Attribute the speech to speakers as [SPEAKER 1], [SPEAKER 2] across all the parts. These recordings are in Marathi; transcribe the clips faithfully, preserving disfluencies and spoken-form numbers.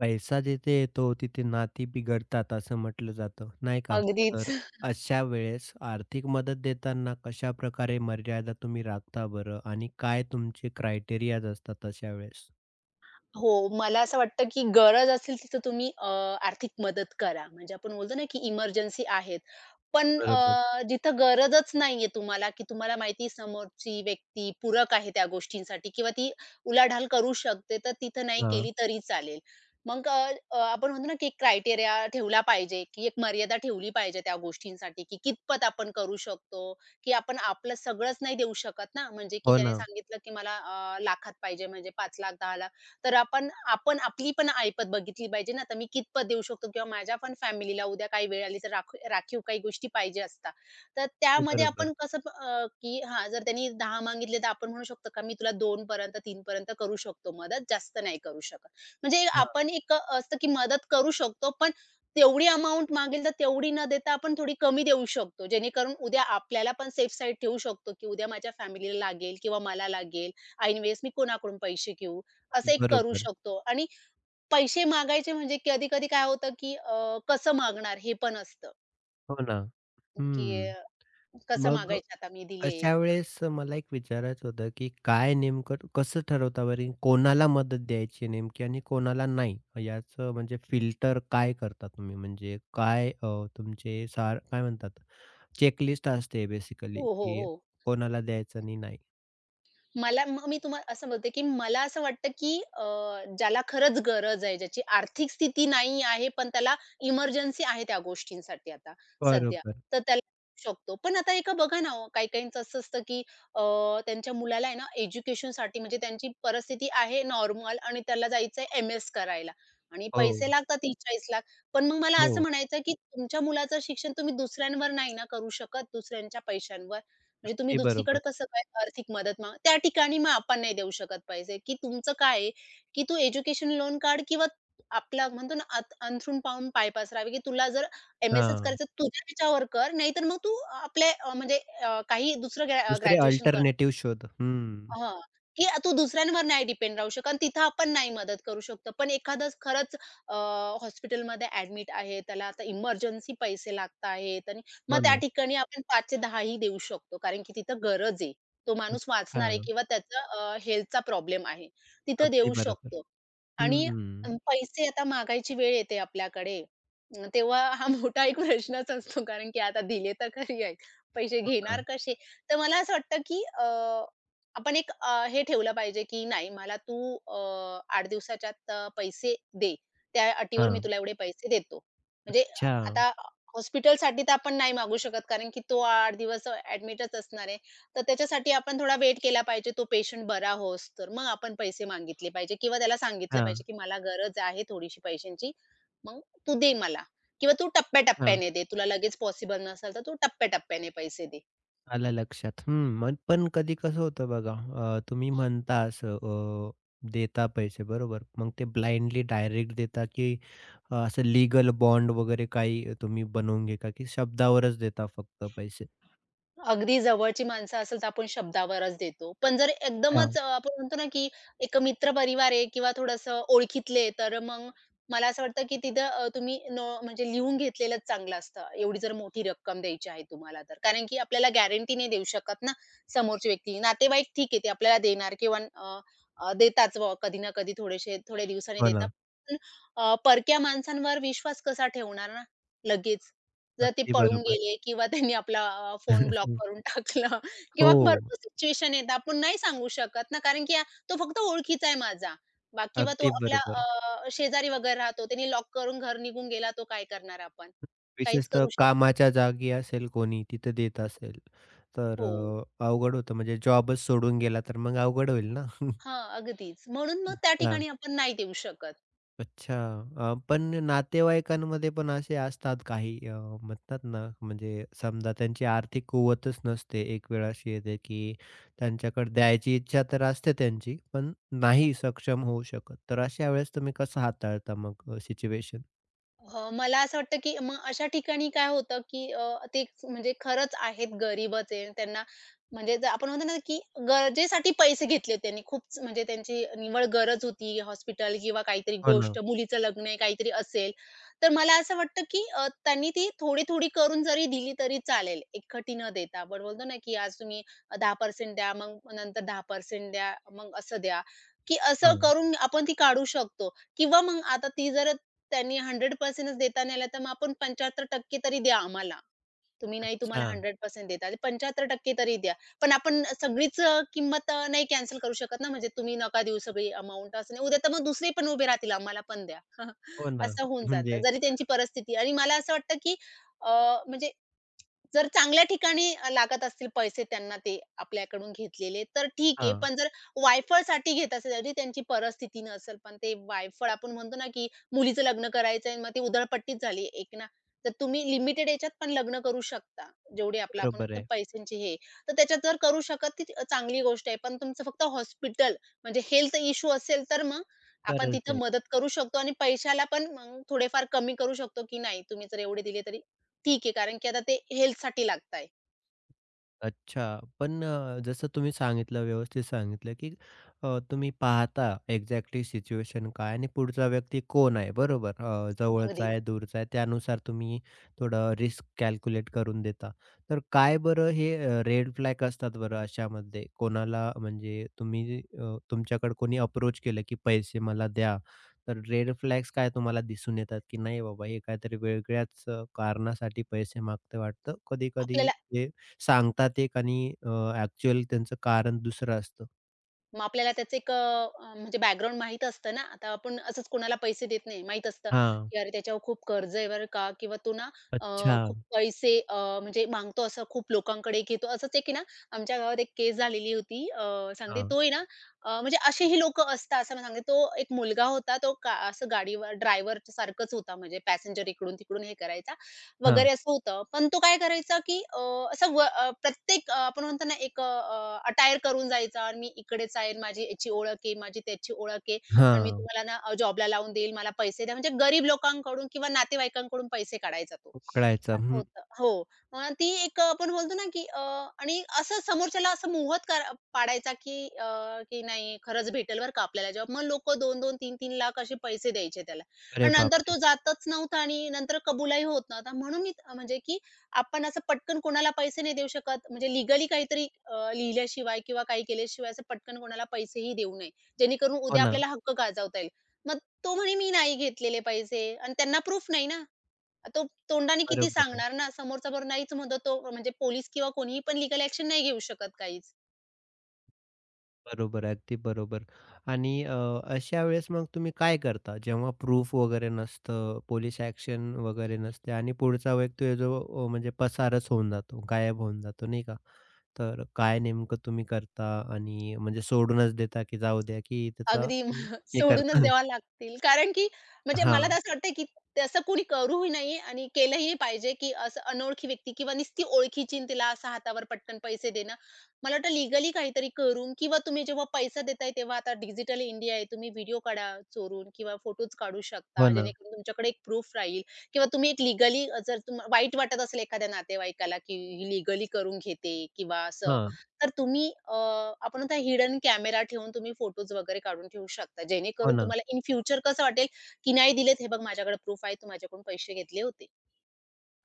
[SPEAKER 1] पैसा जिथे येतो तिथे नाती बिघडतात असं म्हटलं जातं, नाही का?
[SPEAKER 2] अगदीच.
[SPEAKER 1] तर अशा वेळेस आर्थिक मदत देताना कशाप्रकारे मर्यादा तुम्ही राखता बरं? आणि काय तुमचे क्रायटेरियाज असतात अशा वेळेस?
[SPEAKER 2] हो, मला असं वाटतं, की गरज असेल तिथं तुम्ही अ, आर्थिक मदत करा. म्हणजे आपण बोलतो ना, की इमर्जन्सी आहेत. पण अ,
[SPEAKER 1] बरोबर.
[SPEAKER 2] जिथं गरजच नाहीये तुम्हाला, की तुम्हाला माहिती आहे समोरची व्यक्ती पूरक आहे त्या गोष्टींसाठी किंवा ती उलाढाल करू शकते, तर तिथं नाही
[SPEAKER 1] हां.
[SPEAKER 2] केली तरी चालेल. मग अ, अ, आपण म्हणतो ना, की एक क्रायटेरिया ठेवला पाहिजे, की एक मर्यादा ठेवली पाहिजे त्या गोष्टींसाठी, की कितपत आपण करू शकतो, की आपण आपलं सगळंच नाही देऊ शकत ना. म्हणजे की
[SPEAKER 1] हो
[SPEAKER 2] त्याने
[SPEAKER 1] ना.
[SPEAKER 2] सांगितलं, की मला अ, लाखात पाहिजे म्हणजे पाच,लाख दहा,लाख तर आपण आपण आपली पण ऐपत बघितली पाहिजे ना, तर मी कितपत देऊ शकतो किंवा माझ्या पण फॅमिलीला उद्या काही वेळ आली तर राख राखीव काही गोष्टी पाहिजे असतात. तर
[SPEAKER 1] ते
[SPEAKER 2] त्यामध्ये
[SPEAKER 1] बरोबर.
[SPEAKER 2] आपण कसं अ, की हां, जर त्यांनी दहा मागितले तर आपण म्हणू शकतो का मी तुला दोन पर्यंत तीन पर्यंत करू शकतो मदत, जास्त नाही करू शकत. म्हणजे
[SPEAKER 1] हां.
[SPEAKER 2] आपण एक असतं की मदत करू शकतो, पण तेवढी अमाउंट मागेल तर तेवढी न देता आपण थोडी कमी देऊ शकतो. जेणेकरून उद्या आपल्याला पण सेफ साईड ठेवू शकतो, की उद्या माझ्या फॅमिलीला लागेल किंवा मला लागेल ऐनवेळेस मी कोणाकडून पैसे घेऊ. असं एक करू
[SPEAKER 1] बरोबर.
[SPEAKER 2] शकतो आणि पैसे मागायचे म्हणजे कधी-कधी काय होतं, की अ, कसं मागणार हे पण असतं,
[SPEAKER 1] हो ना.
[SPEAKER 2] की
[SPEAKER 1] हं.
[SPEAKER 2] अ, कसं
[SPEAKER 1] मग
[SPEAKER 2] मागायचे आता मी
[SPEAKER 1] अशा
[SPEAKER 2] दिलेत.
[SPEAKER 1] वेळेस मला एक विचारायचं होतं, की काय नेमकं कसं ठरवता बरी? कोणाला मदत द्यायची नेमकी आणि कोणाला नाही? याचं म्हणजे फिल्टर काय करता तुम्ही? म्हणजे काय अ, तुमचे सार काय म्हणतात चेकलिस्ट असते बेसिकली,
[SPEAKER 2] हो, हो,
[SPEAKER 1] की
[SPEAKER 2] हो.
[SPEAKER 1] कोणाला द्यायचं आणि नाही.
[SPEAKER 2] मला मग मी तुम्हाला असं बोलते, की मला असं वाटतं, की अ, ज्याला खरंच गरज आहे, ज्याची आर्थिक स्थिती नाही आहे, पण त्याला इमर्जन्सी आहे त्या गोष्टींसाठी आता सध्या,
[SPEAKER 1] बरोबर.
[SPEAKER 2] तर त्याला देऊ शकतो. पण आता एका बघा ना हो, काही-काहींचं असं असतं, की अ, त्यांच्या मुलाला आहे ना एज्युकेशनसाठी म्हणजे त्यांची परिस्थिती आहे नॉर्मल आणि त्याला जायचं एम-एस करायला आणि पैसे
[SPEAKER 1] हो,
[SPEAKER 2] लागतात तीस चाळीस लाख. पण मग मला असं
[SPEAKER 1] हो.
[SPEAKER 2] म्हणायचं, की तुमच्या मुलाचं शिक्षण तुम्ही दुसऱ्यांवर नाही ना करू शकत, दुसऱ्यांच्या पैशांवर. म्हणजे तुम्ही
[SPEAKER 1] अगदी
[SPEAKER 2] दुसरीकडे
[SPEAKER 1] बरोबर.
[SPEAKER 2] कसं काय आर्थिक मदत माग त्या ठिकाणी मग आपण नाही देऊ शकत पैसे, की तुमचं काय आहे, की तू एज्युकेशन लोन काढ किंवा आपला म्हणतो ना अंथ अंथरूण पाहून पाय पसरावे, की तुला जर एम-एसच
[SPEAKER 1] हां.
[SPEAKER 2] करायचं तुझ्या ह्याच्यावर कर, नाहीतर मग तू आपल्या अ, म्हणजे अ, काही दुसरं
[SPEAKER 1] दुसरे
[SPEAKER 2] ग्रॅज्युएशन कर.
[SPEAKER 1] अल्टरनेटिव्ह शोध. हं.
[SPEAKER 2] हां, की तू दुसऱ्यांवर नाही डिपेंड राहू शकत आणि तिथं आपण नाही मदत करू शकतो. पण एखादंच खरंच अ, हॉस्पिटलमध्ये ॲडमिट आहे, त्याला आता इमर्जन्सी पैसे लागत आहेत आणि मग
[SPEAKER 1] हो
[SPEAKER 2] त्या
[SPEAKER 1] ना.
[SPEAKER 2] ठिकाणी आपण पाच ते दहा ही देऊ शकतो. कारण की तिथं गरज आहे. तो माणूस
[SPEAKER 1] अच्छा.
[SPEAKER 2] वाचणार आहे किंवा त्याचा हेल्थचा प्रॉब्लेम आहे. तिथं
[SPEAKER 1] अगदी
[SPEAKER 2] देऊ
[SPEAKER 1] बरोबर.
[SPEAKER 2] शकतो. आणि
[SPEAKER 1] हं.
[SPEAKER 2] अं, पैसे आता मागायची वेळ येते आपल्याकडे. अ, तेव्हा हा मोठा एक प्रश्नच असतो. कारण की आता दिले तर खरी आहेत. पैसे
[SPEAKER 1] हो
[SPEAKER 2] घेणार
[SPEAKER 1] ना.
[SPEAKER 2] कसे? तर मला असं वाटतं, की आपण एक अ, हे ठेवलं पाहिजे, की नाही मला तू अ, आठ दिवसाच्या आत अ, पैसे दे. त्या अटीवर मी
[SPEAKER 1] हां.
[SPEAKER 2] तुला एवढे पैसे देतो. म्हणजे
[SPEAKER 1] अच्छा.
[SPEAKER 2] आता हॉस्पिटलसाठी तर आपण नाही मागू शकत, कारण की तो आठ दिवस ॲडमिटच असणार आहे. तर त्याच्यासाठी आपण थोडा वेट केला पाहिजे, तो पेशंट बरा होईस्तोवर. मग आपण पैसे मागितले पाहिजे किंवा त्याला सांगितलं
[SPEAKER 1] हां,
[SPEAKER 2] पाहिजे, की मला गरज आहे थोडीशी पैशांची, मग तू दे मला किंवा तू
[SPEAKER 1] हां.
[SPEAKER 2] टप्प्या दे. तुला लगेच पॉसिबल नसेल, तर तू टप्प्या पैसे दे.
[SPEAKER 1] आलं लक्षात. हं, मग पण कधी कसं होतं बघा, अ, तुम्ही म्हणता असं अ, देता पैसे बरोबर. मग ते ब्लाइंडली डायरेक्ट देता की अ, असं लीगल बॉन्ड वगैरे काही तुम्ही बनवून घेता की शब्दावरच देता फक्त पैसे?
[SPEAKER 2] अगदी जवळची माणसं असेल तर आपण शब्दावरच देतो. पण जर
[SPEAKER 1] हां,
[SPEAKER 2] एकदमच अ, आपण म्हणतो ना, की एक मित्र मित्रपरिवार आहे किंवा थोडंसं ओळखीतले, तर मग मला असं वाटतं, की तिथं अ, तुम्ही नो म्हणजे लिहून घेतलेलंच चांगलं असतं. एवढी जर मोठी रक्कम द्यायची आहे तुम्हाला तर. कारण की आपल्याला गॅरंटी नाही देऊ शकत ना, समोरची व्यक्ती. नातेवाईक ठीक आहे, ते आपल्याला देणार किंवा अ, अ, देतात बुवा कधी ना कधी थोडेसे थोड्या दिवसांनी
[SPEAKER 1] हो
[SPEAKER 2] देतात.
[SPEAKER 1] ना.
[SPEAKER 2] पण अ, परक्या माणसांवर विश्वास कसा ठेवणार ना लगेच? जर ते
[SPEAKER 1] अगदी
[SPEAKER 2] पळून
[SPEAKER 1] बरोबर.
[SPEAKER 2] गेले किंवा त्यांनी आपला अ, फोन ब्लॉक करून टाकला किंवा
[SPEAKER 1] हो,
[SPEAKER 2] भरपूर सिच्युएशन येतात. आपण नाही सांगू शकत ना, कारण की तो फक्त ओळखीचा आहे माझा. बा किंवा तो
[SPEAKER 1] अगदी
[SPEAKER 2] आपला
[SPEAKER 1] बरोबर.
[SPEAKER 2] अ, शेजारी वगैरे राहतो. त्याने लॉक करून घर निघून गेला, तो काय करणार आपण? काहीच
[SPEAKER 1] विशेषतः
[SPEAKER 2] करू शकत
[SPEAKER 1] कामाच्या जागी असेल कोणी तिथे देत असेल, तर
[SPEAKER 2] हो.
[SPEAKER 1] अ, अवघड होतं म्हणजे जॉबच सोडून गेला तर मग अवघड होईल ना.
[SPEAKER 2] हां, अगदीच. म्हणून मग त्या ठिकाणी आपण नाही देऊ शकत.
[SPEAKER 1] अच्छा. अ, पण नातेवाईकांमध्ये पण असे असतात काही अ, म्हणतात ना, म्हणजे समजा त्यांची आर्थिक कुवतच नसते. एक वेळ अशी येते, की त्यांच्याकडे द्यायची इच्छा तर असते त्यांची, पण नाही सक्षम होऊ शकत. तर अशा वेळेस तुम्ही कसं हाताळता मग अ, सिच्युएशन?
[SPEAKER 2] अ, मला असं वाटतं, की मग अशा ठिकाणी काय होतं, की अ, ते म्हणजे खरंच आहेत गरीबच आहे. त्यांना म्हणजे जर आपण म्हणतो ना, की गरजेसाठी पैसे घेतले त्यांनी. खूप म्हणजे त्यांची निव्वळ गरज होती. हॉस्पिटल किंवा काहीतरी
[SPEAKER 1] हो ना.
[SPEAKER 2] गोष्ट, मुलीचं लग्न आहे, काहीतरी असेल. तर मला असं वाटतं, की अ, त्यांनी ती थोडी-थोडी करून जरी दिली तरी चालेल, एकखटी न देता. आपण बोलतो ना, की आज तुम्ही दहा टक्के द्या, मग नंतर दहा टक्के द्या, मग असं द्या, की असं
[SPEAKER 1] हां.
[SPEAKER 2] करून आपण ती काढू शकतो. किंवा मग आता ती जर त्यांनी शंभर टक्के च देता नाही आला, तर मग आपण पंच्याहत्तर टक्के तरी द्या आम्हाला. तुम्ही नाही तुम्हाला
[SPEAKER 1] अच्छा.
[SPEAKER 2] शंभर टक्के देता आले, पंच्याहत्तर टक्के तरी द्या. पण आपण सगळीच अ, किंमत अ, नाही कॅन्सल करू शकत ना, म्हणजे तुम्ही नका देऊ सगळी अमाउंट असं नाही. उद्या तर मग दुसरे पण उभे राहतील, आम्हाला पण द्या.
[SPEAKER 1] हो ना.
[SPEAKER 2] असं होऊन जातं,
[SPEAKER 1] म्हणजे
[SPEAKER 2] जरी त्यांची परिस्थिती आणि मला असं वाटतं, की अ, म्हणजे जर चांगल्या ठिकाणी लागत असतील पैसे त्यांना ते आपल्याकडून घेतलेले, तर ठीक आहे.
[SPEAKER 1] हां,
[SPEAKER 2] पण जर वायफळसाठी घेत असेल, जरी त्यांची परिस्थिती नसेल, पण ते वायफळ आपण म्हणतो ना, की मुलीचं लग्न करायचंय आणि मग ती उधळपट्टीच झाली एक ना. तर तुम्ही लिमिटेड याच्यात पण लग्न करू शकता. जेवढी आपलं आपण
[SPEAKER 1] बरोबर
[SPEAKER 2] म्हणतो
[SPEAKER 1] आहे.
[SPEAKER 2] पैशांची हे. तर त्याच्यात जर करू शकत ती चांगली गोष्ट आहे. पण तुमचं फक्त हॉस्पिटल म्हणजे हेल्थ इश्यू असेल तर मग आपण
[SPEAKER 1] तरच
[SPEAKER 2] तिथं मदत करू शकतो आणि पैशाला पण मग थोडेफार कमी करू शकतो, की नाही तुम्ही जर एवढे दिले तरी ठीक आहे. कारण की आता ते हेल्थसाठी लागत आहे.
[SPEAKER 1] अच्छा. पण अ, जसं तुम्ही सांगितलं, व्यवस्थित सांगितलं, की अ, तुम्ही पाहता एक्झॅक्टली सिच्युएशन काय आणि पुढचा व्यक्ती कोण आहे, बरोबर? अ, जवळचा
[SPEAKER 2] अगदीच.
[SPEAKER 1] आहे, दूरचा आहे, त्यानुसार तुम्ही थोडं रिस्क कॅल्क्युलेट करून देता. तर काय बरं हे रेड फ्लॅग असतात बरं अशामध्ये? कोणाला म्हणजे तुम्ही अ, तुमच्याकडे कोणी अप्रोच केलं, की पैसे मला द्या, तर रेड फ्लॅग्स काय तुम्हाला दिसून येतात, की नाही बाबा हे काहीतरी वेगळ्याच अ, कारणासाठी पैसे मागते वाटतं. कधी-कधी
[SPEAKER 2] आपल्याला
[SPEAKER 1] सांगतात एक आणि अ, ॲक्चुअल त्यांचं कारण दुसरं असतं.
[SPEAKER 2] मग आपल्याला त्याचं एक अ, अ, म्हणजे बॅकग्राऊंड माहीत असतं ना. आता आपण असंच कोणाला पैसे देत नाही. माहीत असतं,
[SPEAKER 1] हां.
[SPEAKER 2] की "अरे, त्याच्यावर खूप कर्ज आहे बरं का" किंवा "तो ना अ,
[SPEAKER 1] अच्छा.
[SPEAKER 2] खूप पैसे अ, म्हणजे मागतो, असं खूप लोकांकडे घेतो." असंच एक आहे ना, आमच्या गावात एक केस झालेली होती. अ, सांगते
[SPEAKER 1] हां,
[SPEAKER 2] तो आहे ना अ, म्हणजे असेही लोकं असतात असं मला सांगते. तो एक मुलगा होता, तो का असं गाडीवर ड्रायव्हर सारखंच होता म्हणजे पॅसेंजर इकडून-तिकडून हे करायचा.
[SPEAKER 1] हां,
[SPEAKER 2] वगैरे असं होतं. पण तो काय करायचा, की अ, असं व अ, प्रत्येक अ, आपण म्हणतो ना एक अ, अ, अटायर करून जायचा आणि मी इकडेच आहे, माझी याची ओळख आहे, माझी त्याची ओळख आहे आणि मी
[SPEAKER 1] हां.
[SPEAKER 2] तुम्हाला ना अ, जॉबला लावून देईल, मला पैसे द्या. म्हणजे गरीब लोकांकडून किंवा नातेवाईकांकडून पैसे काढायचा तो.
[SPEAKER 1] उकळायचा.
[SPEAKER 2] असं
[SPEAKER 1] हं.
[SPEAKER 2] होतं. हो. अ, ती एक आपण बोलतो ना, की अ, आणि असं समोरच्याला असं मोहत कर पाडायचा, की अ, की नाही खरंच भेटेल बरं का आपल्याला जॉब. मग लोकं दोन दोन, तीन तीन लाख असे पैसे द्यायचे त्याला.
[SPEAKER 1] अरे
[SPEAKER 2] आणि नंतर
[SPEAKER 1] बापरे!
[SPEAKER 2] तो जातच नव्हता आणि नंतर कबूलही होत नव्हता. म्हणून मी म्हणजे की आपण असं पटकन कोणाला पैसे नाही देऊ शकत. म्हणजे लीगली काहीतरी अ, लिहिल्याशिवाय किंवा काही केल्याशिवाय असं पटकन कोणाला पैसेही देऊ नये. जेणेकरून
[SPEAKER 1] हो
[SPEAKER 2] उद्या
[SPEAKER 1] ना.
[SPEAKER 2] आपल्याला हक्क गाजवता येईल. मग तो म्हणे मी नाही घेतलेले पैसे आणि त्यांना प्रूफ नाही ना. तो तोंडाने किती
[SPEAKER 1] बरोबर आहे.
[SPEAKER 2] सांगणार ना. समोरचा बरोबर नाहीच म्हणतो तो म्हणजे पोलीस किंवा कोणीही पण लीगल एक्शन नाही घेऊ शकत काहीच.
[SPEAKER 1] बरोबर आहे. अगदी बरोबर. आणि अ, अशा वेळेस मग तुम्ही काय करता? जेव्हा प्रूफ वगैरे नसतं, पोलिस ॲक्शन वगैरे नसते आणि पुढचा व्यक्ती जो अ, म्हणजे पसारच होऊन जातो, गायब होऊन जातो, नाही का? तर काय नेमकं तुम्ही करता आणि म्हणजे सोडूनच देता की जाऊ द्या की त्याचा
[SPEAKER 2] अगदी म-
[SPEAKER 1] हे
[SPEAKER 2] सोडूनच
[SPEAKER 1] करता?
[SPEAKER 2] द्यावा लागतील. कारण की म्हणजे मला तर
[SPEAKER 1] हां.
[SPEAKER 2] असं वाटतं, की तसं कोणी करूही नाही आणि केलंही पाहिजे, की असं अनोळखी व्यक्ती किंवा नुसती ओळखीची आणि तिला असं हातावर पटकन पैसे देणं. मला वाटतं लीगली काहीतरी करून किंवा तुम्ही जेव्हा पैसा देताय तेव्हा आता डिजिटल इंडिया आहे. तुम्ही व्हिडिओ काढा चोरून किंवा फोटोज काढू
[SPEAKER 1] हो
[SPEAKER 2] शकता.
[SPEAKER 1] ना.
[SPEAKER 2] जेणेकरून तुमच्याकडे एक प्रूफ राहील किंवा तुम्ही एक लीगली जर तुम्हाला वाईट वाटत असेल एखाद्या नातेवाईकाला, की ही लीगली करून घेते किंवा असं
[SPEAKER 1] हां,
[SPEAKER 2] तर तुम्ही अ, आपण म्हणतो हिडन कॅमेरा ठेवून तुम्ही फोटोज वगैरे काढून ठेवू शकता.
[SPEAKER 1] हो
[SPEAKER 2] जेणेकरून
[SPEAKER 1] ना.
[SPEAKER 2] तुम्हाला इन फ्युचर कसं वाटेल, की नाही दिलेत हे बघ माझ्याकडे प्रूफ आहे, तू माझ्याकडून पैसे घेतले होते.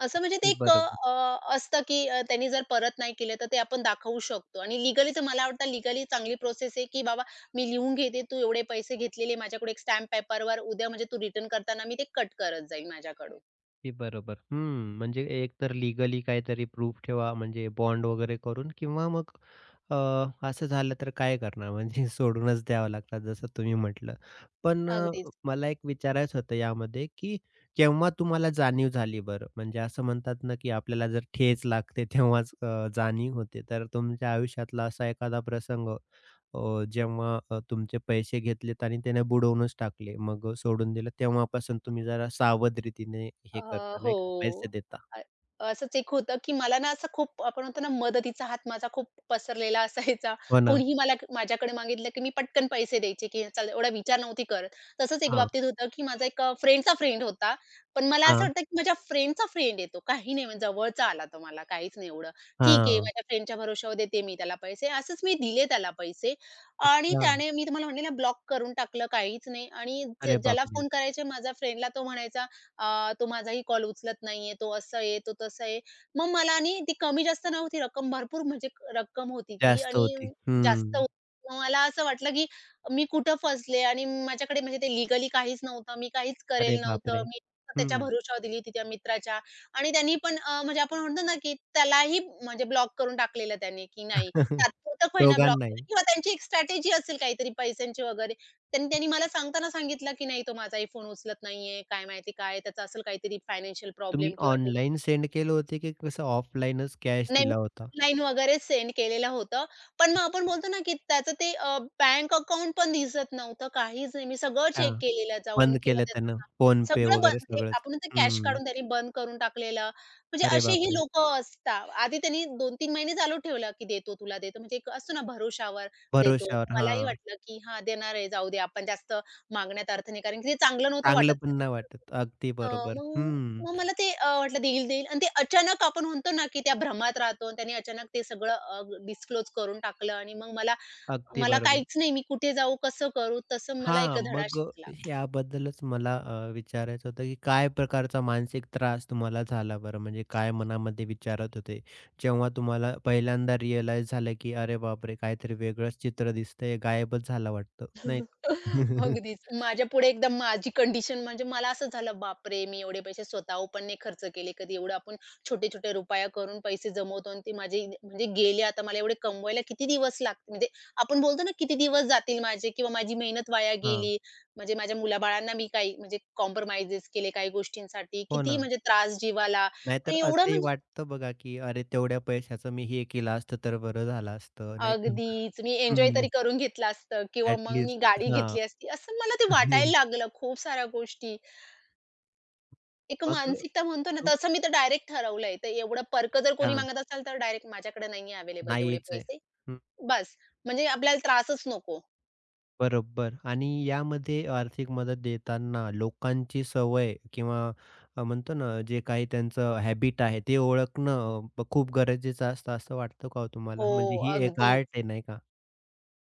[SPEAKER 2] असं म्हणजे ते
[SPEAKER 1] ते
[SPEAKER 2] एक
[SPEAKER 1] बरोबर,
[SPEAKER 2] अ, असतं, की अ, त्यांनी जर परत नाही केले तर ते आपण दाखवू शकतो आणि लीगली तर मला वाटतं लीगली चांगली प्रोसेस आहे, की बाबा मी लिहून घेते, तू एवढे पैसे घेतलेले माझ्याकडून एक स्टॅम्प पेपरवर उद्या म्हणजे तू रिटर्न करताना मी ते कट करत जाईल माझ्याकडून.
[SPEAKER 1] ते बरोबर. हं, म्हणजे एक तर लीगली काहीतरी प्रूफ ठेवा, म्हणजे बॉन्ड वगैरे करून किंवा मग अ, असं झालं तर काय करणार म्हणजे सोडूनच द्यावं लागतात जसं तुम्ही म्हटलं. पण अ,
[SPEAKER 2] अगदीच.
[SPEAKER 1] मला एक विचारायचं होतं यामध्ये, की केव्हा तुम्हाला जाणीव झाली बरं? म्हणजे असं म्हणतात ना, की आपल्याला जर ठेच लागते तेव्हाच अ, जाणीव होते. तर तुमच्या आयुष्यातला असा एखादा प्रसंग अ, जेव्हा अ, तुमचे पैसे घेतलेत आणि त्याने बुडवूनच टाकले, मग सोडून दिलं, तेव्हापासून तुम्ही जरा सावध रीतीने हे
[SPEAKER 2] अ,
[SPEAKER 1] करता नाही
[SPEAKER 2] हो.
[SPEAKER 1] का, पैसे देता.
[SPEAKER 2] अ, असंच एक होतं, की मला ना असं खूप आपण म्हणतो ना, मदतीचा हात माझा खूप पसरलेला असायचा.
[SPEAKER 1] हो ना.
[SPEAKER 2] कोणीही मला माझ्याकडे मागितलं, की मी पटकन पैसे द्यायचे, की चल एवढा विचार नव्हती करत. तसंच एक
[SPEAKER 1] हां,
[SPEAKER 2] बाबतीत होतं, की माझा एक अ, फ्रेंडचा फ्रेंड होता. पण मला असं
[SPEAKER 1] हां,
[SPEAKER 2] वाटतं, की माझ्या फ्रेंडचा फ्रेंड आहे तो. काही नाही म्हणजे जवळचा आला तो मला, काहीच नाही एवढं. ठीक आहे,
[SPEAKER 1] हां.
[SPEAKER 2] माझ्या फ्रेंडच्या भरोश्यावर देते मी त्याला पैसे. असंच मी दिले त्याला पैसे आणि
[SPEAKER 1] अच्छा.
[SPEAKER 2] त्याने मी तुम्हाला म्हणले ना, ब्लॉक करून टाकलं, काहीच नाही आणि ज
[SPEAKER 1] अरे
[SPEAKER 2] ज्याला
[SPEAKER 1] बापरे!
[SPEAKER 2] फोन करायचे माझ्या फ्रेंडला, तो म्हणायचा अ, "तो माझाही कॉल उचलत नाहीये, तो असं आहे, तो तसा आहे." मग मला आणि ती कमी जास्त नव्हती रक्कम, भरपूर म्हणजे क- रक्कम होती ती
[SPEAKER 1] जास्त
[SPEAKER 2] आणि
[SPEAKER 1] होती. हं.
[SPEAKER 2] जास्त होती. मग मला असं वाटलं, की मी कुठं फसले आणि माझ्याकडे म्हणजे ते लीगली काहीच नव्हतं. मी काहीच करेल
[SPEAKER 1] अरे
[SPEAKER 2] नव्हतं.
[SPEAKER 1] बापरे!
[SPEAKER 2] मी फक्त त्याच्या
[SPEAKER 1] हं.
[SPEAKER 2] भरोश्यावर दिली होती त्या मित्राच्या. आणि त्यांनी पण अ, म्हणजे आपण म्हणतो ना, की त्यालाही म्हणजे ब्लॉक करून टाकलेलं त्याने, की नाही तात्पुरतं होईना ब्लॉक
[SPEAKER 1] दोघांनाही.
[SPEAKER 2] केलं किंवा त्यांची एक स्ट्रॅटेजी असेल काहीतरी पैशांची वगैरे. त्यांनी त्यांनी मला सांगताना सांगितलं, की "नाही, तो माझाही फोन उचलत नाहीये, काय माहिती काय त्याचा असेल काहीतरी फायनान्शियल
[SPEAKER 1] तुम्ही
[SPEAKER 2] प्रॉब्लेम किंवा हे."
[SPEAKER 1] ऑनलाईन सेंड केलं होते की कसं ऑफलाईनच कॅश
[SPEAKER 2] नाही, मी
[SPEAKER 1] दिला होता?
[SPEAKER 2] ऑनलाईन वगैरे सेंड केलेलं होतं. पण मग आपण बोलतो ना, की त्याचं ते अ, बँक अकाउंट पण दिसत नव्हतं, काहीच नाही. मी सगळं चेक
[SPEAKER 1] हां.
[SPEAKER 2] केलेलं जाऊन
[SPEAKER 1] बंद
[SPEAKER 2] किंवा
[SPEAKER 1] केलं
[SPEAKER 2] त्याचं
[SPEAKER 1] त्यानं.
[SPEAKER 2] नाव
[SPEAKER 1] फोन पे
[SPEAKER 2] सगळं बंद
[SPEAKER 1] वगैरे
[SPEAKER 2] म्हणजे
[SPEAKER 1] सगळंच.
[SPEAKER 2] आपण ते कॅश
[SPEAKER 1] हं.
[SPEAKER 2] काढून त्यांनी बंद करून टाकलेलं. म्हणजे
[SPEAKER 1] अरे
[SPEAKER 2] असेही
[SPEAKER 1] बापरे!
[SPEAKER 2] लोकं असतात. आधी त्यांनी दोन-तीन महिने चालू ठेवलं, की देतो तुला देतो. म्हणजे एक असतो ना भरोशावर देतो.
[SPEAKER 1] भरोश्यावर.
[SPEAKER 2] मलाही
[SPEAKER 1] हां.
[SPEAKER 2] वाटलं, की हां, देणार आहे, जाऊ दे आपण जास्त मागण्यात अर्थ नाही. कारण की ते चांगलं नव्हतं वाटत.
[SPEAKER 1] चांगलं पण नाही वाटत. अगदी
[SPEAKER 2] अ,
[SPEAKER 1] बरोबर.
[SPEAKER 2] मग
[SPEAKER 1] हं,
[SPEAKER 2] मग मला ते अ, वाटलं देईल-देईल आणि ते अचानक आपण म्हणतो ना, की त्या भ्रमात राहतो आणि त्याने अचानक ते सगळं अ, डिस्क्लोज करून टाकलं आणि मग मला
[SPEAKER 1] अगदी
[SPEAKER 2] मला
[SPEAKER 1] बरोबर.
[SPEAKER 2] काहीच नाही, मी कुठे जाऊ, कसं करू, तसं मला एक
[SPEAKER 1] हां,
[SPEAKER 2] धडा
[SPEAKER 1] मग अ,
[SPEAKER 2] शिकला.
[SPEAKER 1] याबद्दलच मला अ, विचारायचं होतं, की काय प्रकारचा मानसिक त्रास तुम्हाला झाला बरं? म्हणजे काय मनामध्ये विचारत होते? जेव्हा तुम्हाला पहिल्यांदा रिअलाईज झालं, की "अरे बापरे! काहीतरी वेगळंच चित्र दिसतंय, गायबच झाला वाटतं." नाही का?
[SPEAKER 2] अगदीच. माझ्यापुढे एकदा माझी कंडिशन म्हणजे मला असं झालं, बापरे! मी एवढे पैसे स्वतःहून पण नाही खर्च केले कधी. एवढं आपण छोटे-छोटे रुपया करून पैसे जमवतो आणि ते माझे म्हणजे गेले. आता मला एवढे कमवायला किती दिवस लागतील? म्हणजे आपण बोलतो ना, किती दिवस जातील माझे किंवा माझी मेहनत वाया
[SPEAKER 1] हां,
[SPEAKER 2] गेली. म्हणजे माझ्या मुलाबाळांना मी काही म्हणजे कॉम्प्रोमाइज केले काही गोष्टींसाठी.
[SPEAKER 1] हो
[SPEAKER 2] किती
[SPEAKER 1] ना.
[SPEAKER 2] म्हणजे त्रास जीवाला
[SPEAKER 1] नाहीतर
[SPEAKER 2] आणि एवढं
[SPEAKER 1] असंही
[SPEAKER 2] म्हणजे
[SPEAKER 1] वाटतं बघा, की "अरे तेवढ्या पैशाचं मी हे केलं असतं तर बरं झालं असतं." नाही का?
[SPEAKER 2] अगदीच. मी एन्जॉय
[SPEAKER 1] हं,
[SPEAKER 2] तरी करून घेतलं असतं किंवा मग मी
[SPEAKER 1] ॲट
[SPEAKER 2] गाडी घेतली असती. असं मला ते वाटायला लागलं खूप साऱ्या गोष्टी. एक
[SPEAKER 1] मग अ,
[SPEAKER 2] मानसिकता म्हणतो ना,
[SPEAKER 1] तो
[SPEAKER 2] तसं मी तर डायरेक्ट ठरवलंय. तर एवढं पर्क जर कोणी
[SPEAKER 1] हां,
[SPEAKER 2] मागत असेल, तर डायरेक्ट माझ्याकडे नाहीये अवेलेबल तेवढे
[SPEAKER 1] नाहीच आहे.
[SPEAKER 2] पैसे.
[SPEAKER 1] हं,
[SPEAKER 2] बस, म्हणजे आपल्याला त्रासच नको.
[SPEAKER 1] बरोबर आणि यामध्ये आर्थिक मदत देताना लोकांची सवय किंवा अ, म्हणतो ना, जे काही त्यांचं हॅबिट आहे, ते ओळखणं अ, खूप गरजेचं असतं, असं वाटतं का हो
[SPEAKER 2] हो,
[SPEAKER 1] तुम्हाला? म्हणजे ही एक
[SPEAKER 2] अगदीच.
[SPEAKER 1] आर्ट आहे, नाही का?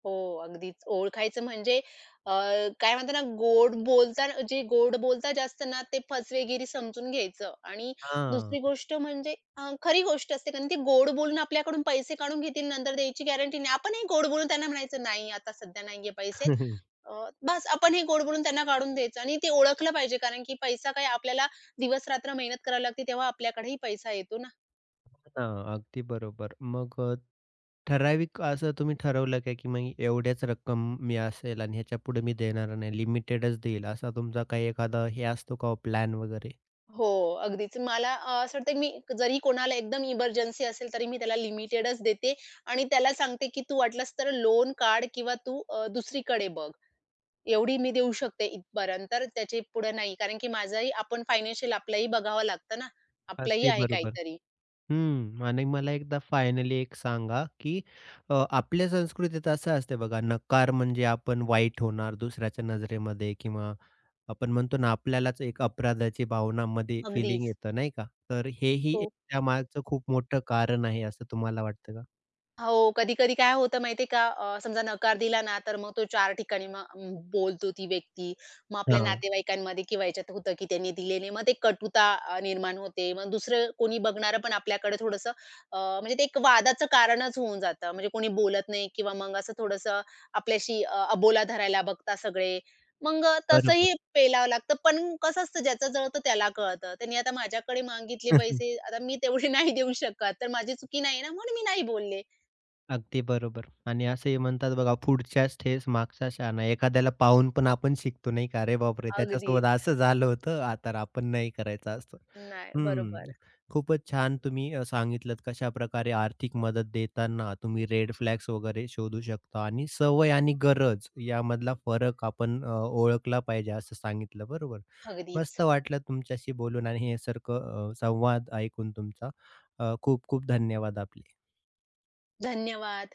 [SPEAKER 2] हो, अगदीच. ओळखायचं म्हणजे अ, काय म्हणतात ना, गोड बोलता जे गोड बोलता जास्त ना, ते फसवेगिरी समजून घ्यायचं आणि
[SPEAKER 1] हां.
[SPEAKER 2] दुसरी गोष्ट म्हणजे अ, खरी गोष्ट असते, कारण ते गोड बोलून आपल्याकडून पैसे काढून घेतील, नंतर द्यायची गॅरंटी नाही. आपणही गोड बोलून त्यांना म्हणायचं, "नाही, आता सध्या नाहीये पैसे." अ, बस आपण हे गोड बोलून त्यांना काढून द्यायचं आणि ते ओळखलं पाहिजे कारण की पैसा काय आपल्याला दिवस-रात्र मेहनत करावी लागते तेव्हा आपल्याकडेही पैसा येतो ना.
[SPEAKER 1] हो अगदी बरोबर. मग अ, ठराविक असं तुम्ही ठरवलं का, की मग एवढ्याच रक्कम मी असेल आणि ह्याच्यापुढे मी देणार नाही, लिमिटेडच देईल, असा तुमचा काही एखादा हे असतो का हो प्लॅन वगैरे?
[SPEAKER 2] हो, अगदीच. मला अ, असं वाटतं की मी जरी कोणाला एकदम इमर्जन्सी असेल तरी मी त्याला लिमिटेडच देते आणि त्याला सांगते की तू वाटलंस तर लोन काढ किंवा तू अ, दुसरीकडे बघ. एवढी मी देऊ शकते इथपर्यंत. तर त्याच्या पुढे नाही. कारण की माझाही आपण फायनान्शियल आपलंही बघावं लागतं ना. आपलंही
[SPEAKER 1] अगदी
[SPEAKER 2] आहे
[SPEAKER 1] बरोबर.
[SPEAKER 2] काहीतरी.
[SPEAKER 1] हं. आणि मला एकदा फायनली एक सांगा, की अ, आपल्या संस्कृतीत असं असते बघा, नकार म्हणजे आपण वाईट होणार दुसऱ्याच्या नजरेमध्ये किंवा आपण म्हणतो ना, आपल्यालाच एक अपराधाची भावनामध्ये फीलिंग
[SPEAKER 2] अगदीच.
[SPEAKER 1] येतं नाही का? तर हेही एक
[SPEAKER 2] हो.
[SPEAKER 1] त्यामागचं खूप मोठं कारण आहे असं तुम्हाला वाटतं का?
[SPEAKER 2] हो, कधी-कधी काय होतं माहिती का, अ, समजा नकार दिला ना, तर मग तो चार ठिकाणी मग अं, बोलतो ती व्यक्ती. मग आपल्या
[SPEAKER 1] हां,
[SPEAKER 2] नातेवाईकांमध्ये किंवा याच्यात होतं, की त्यांनी दिले नाही. मग ते कटुता अ, निर्माण होते. मग दुसरं कोणी बघणारं पण आपल्याकडे थोडंसं अ, म्हणजे ते एक वादाचं कारणच होऊन जातं. म्हणजे कोणी बोलत नाही किंवा मग असं थोडंसं आपल्याशी अ, अबोला धरायला बघता सगळे. मग
[SPEAKER 1] बरोबर.
[SPEAKER 2] तसंही पेलावं लागतं. पण कसं असतं, ज्याचं जळतं त्याला कळतं. त्यांनी आता माझ्याकडे मागितले पैसे, आता मी तेवढे नाही देऊ शकत, तर माझी चुकी नाही ना, म्हणून मी नाही बोलले.
[SPEAKER 1] अगदी बरोबर. आणि असंही म्हणतात बघा, "पुढच्याच ठेस मागचा शहाणा." एखाद्याला पाहून पण आपण शिकतो नाही का? "अरे बापरे! त्याच्यासोबत
[SPEAKER 2] अगदीच.
[SPEAKER 1] असं झालं होतं, आता आपण नाही करायचं असतं."
[SPEAKER 2] नाही, बरोबर.
[SPEAKER 1] हं. खूपच छान तुम्ही अ, सांगितलत प्रकारे आर्थिक मदत देताना तुम्ही रेड फ्लॅग्स वगैरे शोधू शकता आणि सवय आणि गरज यामधला फरक आपण अ, ओळखला पाहिजे असं सांगितलं बरोबर.
[SPEAKER 2] अगदीच.
[SPEAKER 1] मस्त वाटलं तुमच्याशी बोलून आणि हे सारखं अ, संवाद ऐकून तुमचा. अ, खूप खूप धन्यवाद आपले.
[SPEAKER 2] धन्यवाद.